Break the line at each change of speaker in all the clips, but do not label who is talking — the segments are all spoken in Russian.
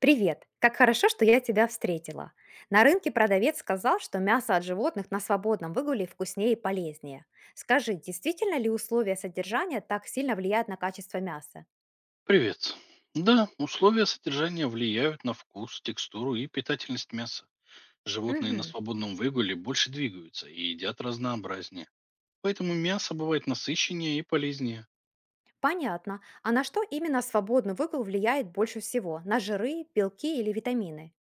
Привет! Как хорошо, что я тебя встретила. На рынке продавец сказал, что мясо от животных на свободном выгуле вкуснее и полезнее. Скажи, действительно ли условия содержания так сильно влияют на качество мяса?
Привет. Да, условия содержания влияют на вкус, текстуру и питательность мяса. Животные на
Мгм.
свободном выгуле больше двигаются и едят разнообразнее. Поэтому мясо бывает насыщеннее и полезнее.
Понятно. А на что именно свободный выгул влияет больше всего? На жиры, белки или витамины?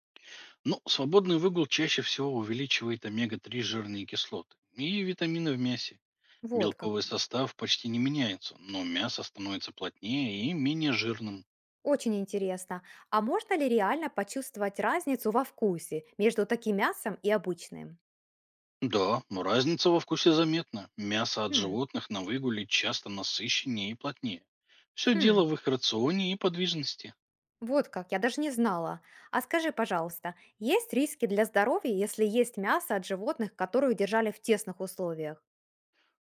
Но свободный выгул чаще всего увеличивает омега-3 жирные кислоты и витамины в мясе.
Вот как.
Белковый состав почти не меняется, но мясо становится плотнее и менее жирным.
Очень интересно. А можно ли реально почувствовать разницу во вкусе между таким мясом и обычным?
Да, но разница во вкусе заметна. Мясо от
Хм.
животных на выгуле часто насыщеннее и плотнее. Все
Хм.
дело в их рационе и подвижности.
Вот как, я даже не знала. А скажи, пожалуйста, есть риски для здоровья, если есть мясо от животных, которые держали в тесных условиях?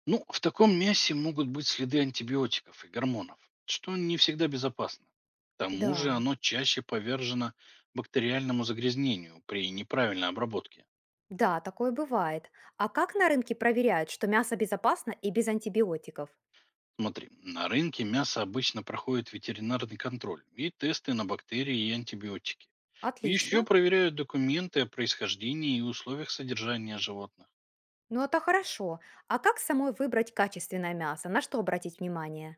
Ну, в таком мясе могут быть следы антибиотиков и гормонов, что не всегда безопасно. К тому же
Да,
оно чаще повержено бактериальному загрязнению при неправильной обработке.
да, такое бывает. А как на рынке проверяют, что мясо безопасно и без антибиотиков?
Смотри, на рынке мясо обычно проходит ветеринарный контроль и тесты на бактерии и антибиотики. Еще
Отлично.
проверяют документы о происхождении и условиях содержания животных.
Ну это хорошо. А как самой выбрать качественное мясо? На что обратить внимание?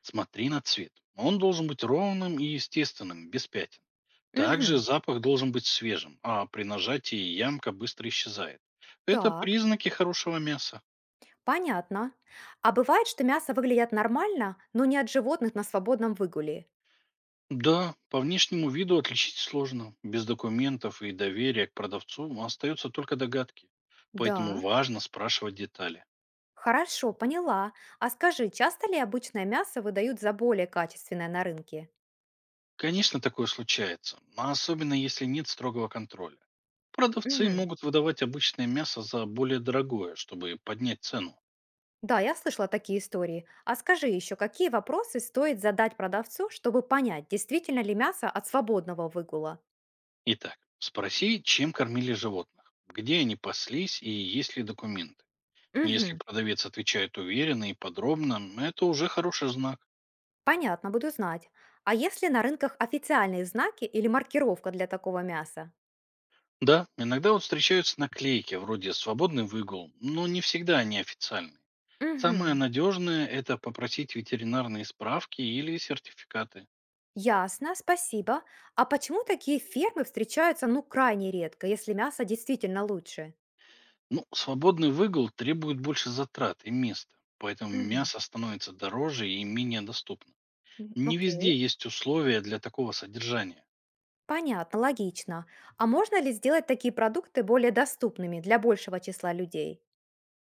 Смотри на цвет. Он должен быть ровным и естественным, без пятен. Также
Угу.
запах должен быть свежим, а при нажатии ямка быстро исчезает. Это
Так,
признаки хорошего мяса.
понятно. А бывает, что мясо выглядит нормально, но не от животных на свободном выгуле?
Да, по внешнему виду отличить сложно. Без документов и доверия к продавцу остаются только догадки. Поэтому
Да.
важно спрашивать детали.
Хорошо, поняла. А скажи, часто ли обычное мясо выдают за более качественное на рынке?
Конечно, такое случается, а особенно если нет строгого контроля. Продавцы
Мгм.
могут выдавать обычное мясо за более дорогое, чтобы поднять цену.
Да, я слышала такие истории. А скажи еще, какие вопросы стоит задать продавцу, чтобы понять, действительно ли мясо от свободного выгула?
Итак, спроси, чем кормили животных, где они паслись и есть ли документы. Если
Мгм.
продавец отвечает уверенно и подробно, это уже хороший знак.
Понятно, буду знать. А есть ли на рынках официальные знаки или маркировка для такого мяса?
Да, иногда вот встречаются наклейки вроде «свободный выгул», но не всегда они официальные. Самое
Мгм.
надежное– это попросить ветеринарные справки или сертификаты.
Ясно, спасибо. А почему такие фермы встречаются ну крайне редко, если мясо действительно лучше?
Ну, свободный выгул требует больше затрат и места, поэтому
Мгм.
мясо становится дороже и менее доступно. Не везде
Окей.
есть условия для такого содержания.
Понятно, логично. А можно ли сделать такие продукты более доступными для большего числа людей?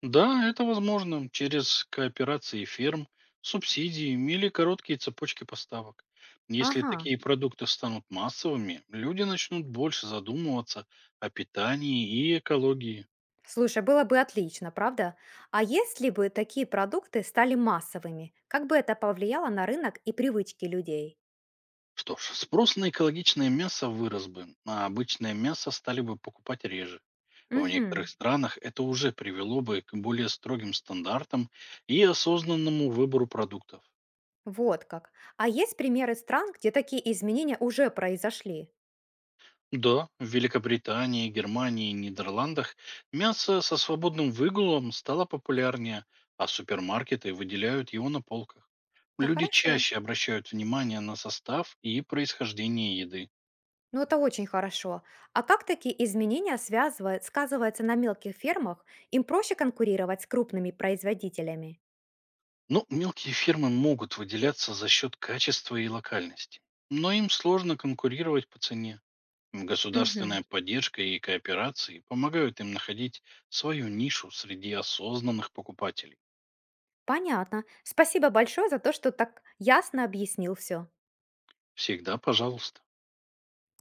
Да, это возможно через кооперации ферм, субсидии или короткие цепочки поставок. Если
Ага.
такие продукты станут массовыми, люди начнут больше задумываться о питании и экологии.
Слушай, было бы отлично, правда? А если бы такие продукты стали массовыми, как бы это повлияло на рынок и привычки людей?
Что ж, спрос на экологичное мясо вырос бы, а обычное мясо стали бы покупать реже. В
Угу.
некоторых странах это уже привело бы к более строгим стандартам и осознанному выбору продуктов.
Вот как. А есть примеры стран, где такие изменения уже произошли?
Да, в Великобритании, Германии и Нидерландах мясо со свободным выгулом стало популярнее, а супермаркеты выделяют его на полках.
Да,
Люди
хорошо.
чаще обращают внимание на состав и происхождение еды.
Ну, это очень хорошо. А как такие изменения связывают, сказываются на мелких фермах? Им проще конкурировать с крупными производителями?
Но мелкие фирмы могут выделяться за счет качества и локальности. Но им сложно конкурировать по цене.
Мгм.
Государственная поддержка и кооперации помогают им находить свою нишу среди осознанных покупателей.
Понятно. Спасибо большое за то, что так ясно объяснил все.
Всегда пожалуйста.